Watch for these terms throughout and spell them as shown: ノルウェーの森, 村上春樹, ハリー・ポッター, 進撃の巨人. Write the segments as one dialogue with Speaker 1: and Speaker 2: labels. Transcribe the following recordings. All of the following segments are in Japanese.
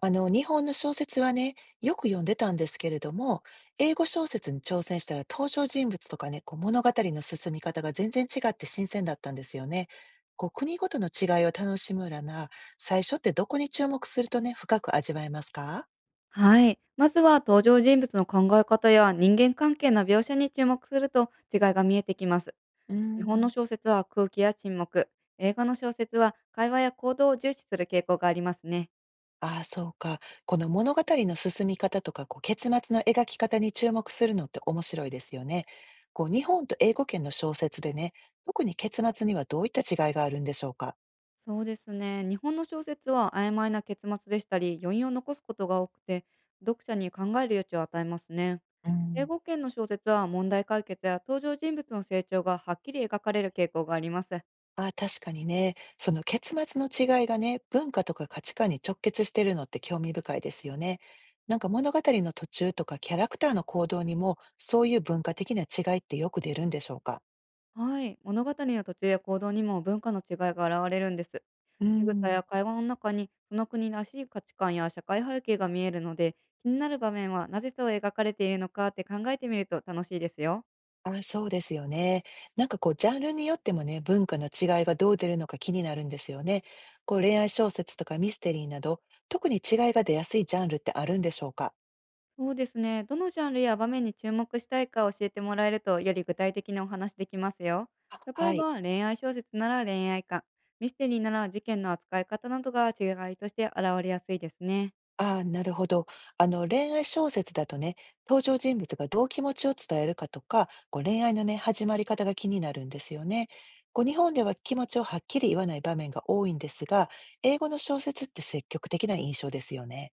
Speaker 1: 日本の小説はね、よく読んでたんですけれども、英語小説に挑戦したら登場人物とかね、こう物語の進み方が全然違って新鮮だったんですよね。こう国ごとの違いを楽しむらな、最初ってどこに注目するとね、深く味わえますか？
Speaker 2: はい。まずは登場人物の考え方や人間関係の描写に注目すると、違いが見えてきます。
Speaker 1: うー
Speaker 2: 日本の
Speaker 1: ん。
Speaker 2: 小説は空気や沈黙、映画の小説は会話や行動を重視する傾向がありますね。
Speaker 1: ああ、そうか。この物語の進み方とか、こう結末の描き方に注目するのって面白いですよね。こう日本と英語圏の小説でね、特に結末にはどういった違いがあるんでしょうか？
Speaker 2: そうですね。日本の小説は曖昧な結末でしたり、余韻を残すことが多くて、読者に考える余地を与えますね。
Speaker 1: う
Speaker 2: 英
Speaker 1: ん。
Speaker 2: 語圏の小説は問題解決や登場人物の成長がはっきり描かれる傾向があります。
Speaker 1: ああ、確かにね、その結末の違いがね、文化とか価値観に直結してるのって興味深いですよね。なんか物語の途中とかキャラクターの行動にも、そういう文化的な違いってよく出るんでしょうか。
Speaker 2: はい、物語の途中や行動にも文化の違いが現れるんです。
Speaker 1: うー
Speaker 2: 仕草
Speaker 1: ん。
Speaker 2: や会話の中にその国らしい価値観や社会背景が見えるので、気になる場面はなぜそう描かれているのかって考えてみると楽しいですよ。
Speaker 1: ああ、そうですよね。なんかこう、ジャンルによってもね、文化の違いがどう出るのか気になるんですよね。こう、恋愛小説とかミステリーなど、特に違いが出やすいジャンルってあるんでしょうか。
Speaker 2: そうですね。どのジャンルや場面に注目したいか教えてもらえると、より具体的なお話できますよ。
Speaker 1: あ、
Speaker 2: 例
Speaker 1: は
Speaker 2: え
Speaker 1: い。
Speaker 2: ば恋愛小説なら恋愛観、ミステリーなら事件の扱い方などが、違いとして現れやすいですね。
Speaker 1: ああ、なるほど。恋愛小説だとね、登場人物がどう気持ちを伝えるかとか、こう恋愛のね、始まり方が気になるんですよね。こう日本では気持ちをはっきり言わない場面が多いんですが、英語の小説って積極的な印象ですよね。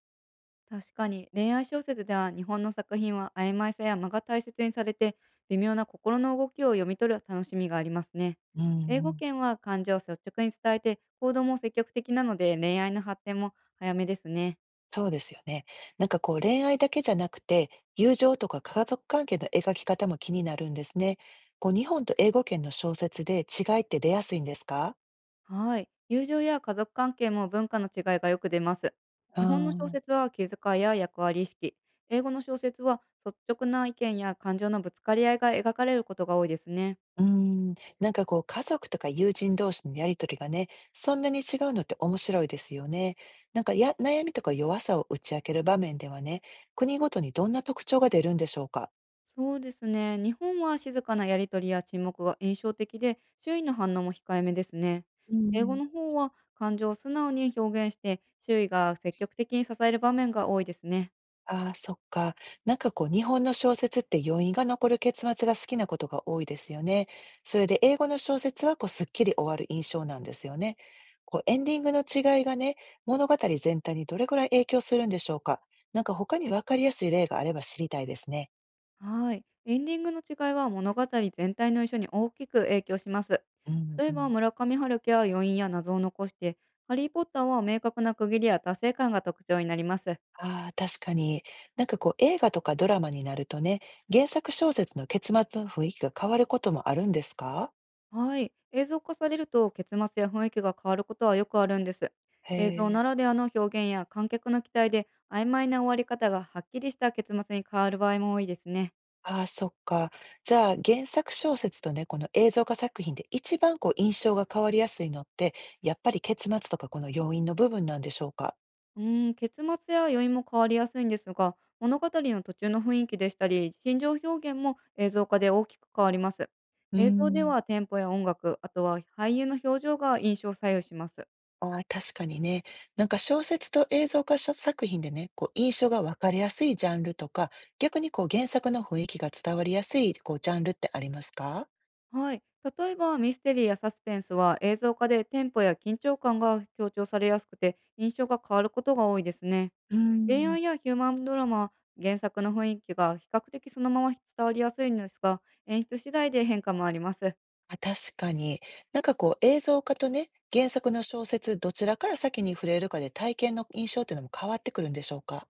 Speaker 2: 確かに恋愛小説では、日本の作品は曖昧さや間が大切にされて、微妙な心の動きを読み取る楽しみがありますね。
Speaker 1: うん
Speaker 2: 英
Speaker 1: う
Speaker 2: 語
Speaker 1: ん。
Speaker 2: 圏は感情を率直に伝えて、行動も積極的なので、恋愛の発展も早めですね。
Speaker 1: そうですよね。なんかこう恋愛だけじゃなくて、友情とか家族関係の描き方も気になるんですね。こう日本と英語圏の小説で違いって出やすいんですか？
Speaker 2: はい。友情や家族関係も、文化の違いがよく出ます。
Speaker 1: う
Speaker 2: 日本の小
Speaker 1: ん。
Speaker 2: 説は気遣いや役割意識。英語の小説は率直な意見や感情のぶつかり合いが描かれることが多いですね。
Speaker 1: うーん、なんかこう家族とか友人同士のやりとりがね、そんなに違うのって面白いですよね。なんかや、悩みとか弱さを打ち明ける場面ではね、国ごとにどんな特徴が出るんでしょうか。
Speaker 2: そうですね。日本は静かなやり取りや沈黙が印象的で、周囲の反応も控えめですね。
Speaker 1: う
Speaker 2: 英語
Speaker 1: ん。
Speaker 2: の方は感情を素直に表現して、周囲が積極的に支える場面が多いですね。
Speaker 1: ああ、そっか。なんかこう日本の小説って余韻が残る結末が好きなことが多いですよね。それで英語の小説はこうすっきり終わる印象なんですよね。こうエンディングの違いがね、物語全体にどれくらい影響するんでしょうか。なんか他に分かりやすい例があれば知りたいですね。
Speaker 2: はい。エンディングの違いは、物語全体の印象に大きく影響します。
Speaker 1: うん
Speaker 2: 例
Speaker 1: う
Speaker 2: えば、
Speaker 1: ん。
Speaker 2: 村上春樹は余韻や謎を残して、ハリー・ポッターは明確な区切りや達成感が特徴になります。
Speaker 1: ああ、確かに。なんかこう映画とかドラマになるとね、原作小説の結末の雰囲気が変わることもあるんですか？
Speaker 2: はい。映像化されると、結末や雰囲気が変わることはよくあるんです。
Speaker 1: へ
Speaker 2: 映像な
Speaker 1: え。
Speaker 2: らではの表現や観客の期待で、曖昧な終わり方がはっきりした結末に変わる場合も多いですね。
Speaker 1: ああ、そっか。じゃあ原作小説とね、この映像化作品で一番こう印象が変わりやすいのって、やっぱり結末とかこの要因の部分なんでしょうか？
Speaker 2: 結末や余韻も変わりやすいんですが、物語の途中の雰囲気でしたり、心情表現も映像化で大きく変わります。
Speaker 1: うー
Speaker 2: 映像で
Speaker 1: ん。
Speaker 2: はテンポや音楽、あとは俳優の表情が印象を左右します。
Speaker 1: ああ、確かにね。なんか小説と映像化した作品でね、こう印象が分かりやすいジャンルとか、逆にこう原作の雰囲気が伝わりやすいこうジャンルってありますか？
Speaker 2: はい。例えばミステリーやサスペンスは、映像化でテンポや緊張感が強調されやすくて、印象が変わることが多いですね。
Speaker 1: う
Speaker 2: 恋
Speaker 1: ん。
Speaker 2: 愛やヒューマンドラマは、原作の雰囲気が比較的そのまま伝わりやすいんですが、演出次第で変化もあります。
Speaker 1: あ、確かに。なんかこう映像化とね、原作の小説、どちらから先に触れるかで体験の印象っていうのも変わってくるんでしょうか？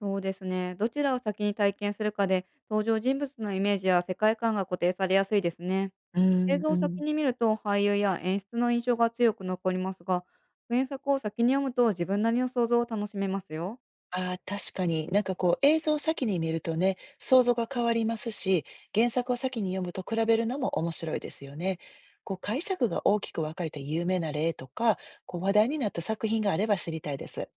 Speaker 2: そうですね。どちらを先に体験するかで、登場人物のイメージや世界観が固定されやすいですね。
Speaker 1: う
Speaker 2: 映
Speaker 1: ん、
Speaker 2: 像
Speaker 1: う
Speaker 2: を
Speaker 1: ん。
Speaker 2: 先に見ると俳優や演出の印象が強く残りますが、原作を先に読むと自分なりの想像を楽しめますよ。
Speaker 1: ああ、確かに。なんかこう映像を先に見るとね、想像が変わりますし、原作を先に読むと比べるのも面白いですよね。こう解釈が大きく分かれた有名な例とか、こう話題になった作品があれば知りたいです。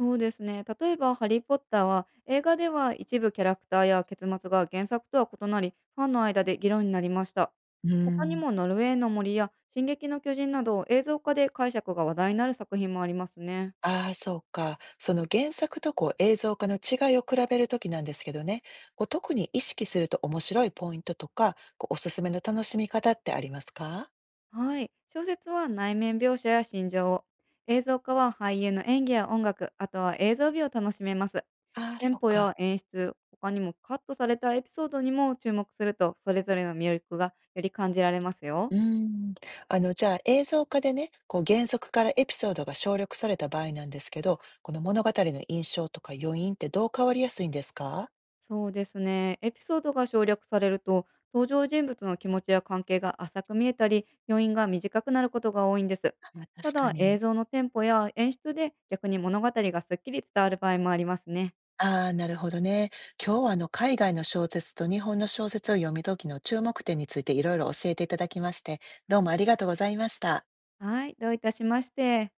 Speaker 2: そうですね。例えば、ハリー・ポッターは、映画では一部キャラクターや結末が原作とは異なり、ファンの間で議論になりました。
Speaker 1: う
Speaker 2: 他に
Speaker 1: ん。
Speaker 2: も、ノルウェーの森や進撃の巨人など、映像化で解釈が話題になる作品もありますね。
Speaker 1: ああ、そうか。その原作とこう映像化の違いを比べるときなんですけどね、こう特に意識すると面白いポイントとか、こうおすすめの楽しみ方ってありますか？
Speaker 2: はい。小説は内面描写や心情を。映像化は俳優の演技や音楽、あとは映像美を楽しめます。
Speaker 1: ああ、
Speaker 2: テン
Speaker 1: そう
Speaker 2: ポ
Speaker 1: か。
Speaker 2: や演出、他にもカットされたエピソードにも注目すると、それぞれの魅力がより感じられますよ。
Speaker 1: うーん。じゃあ映像化でね、こう原則からエピソードが省略された場合なんですけど、この物語の印象とか余韻ってどう変わりやすいんですか？
Speaker 2: そうですね。エピソードが省略されると、登場人物の気持ちや関係が浅く見えたり、余韻が短くなることが多いんです。
Speaker 1: あー
Speaker 2: た
Speaker 1: 確か
Speaker 2: だ、映
Speaker 1: に。
Speaker 2: 像のテンポや演出で、逆に物語がすっきり伝わる場合もありますね。
Speaker 1: ああ、なるほどね。今日は海外の小説と日本の小説を読み解きの注目点についていろいろ教えていただきまして、どうもありがとうございました。
Speaker 2: はい、どういたしまして。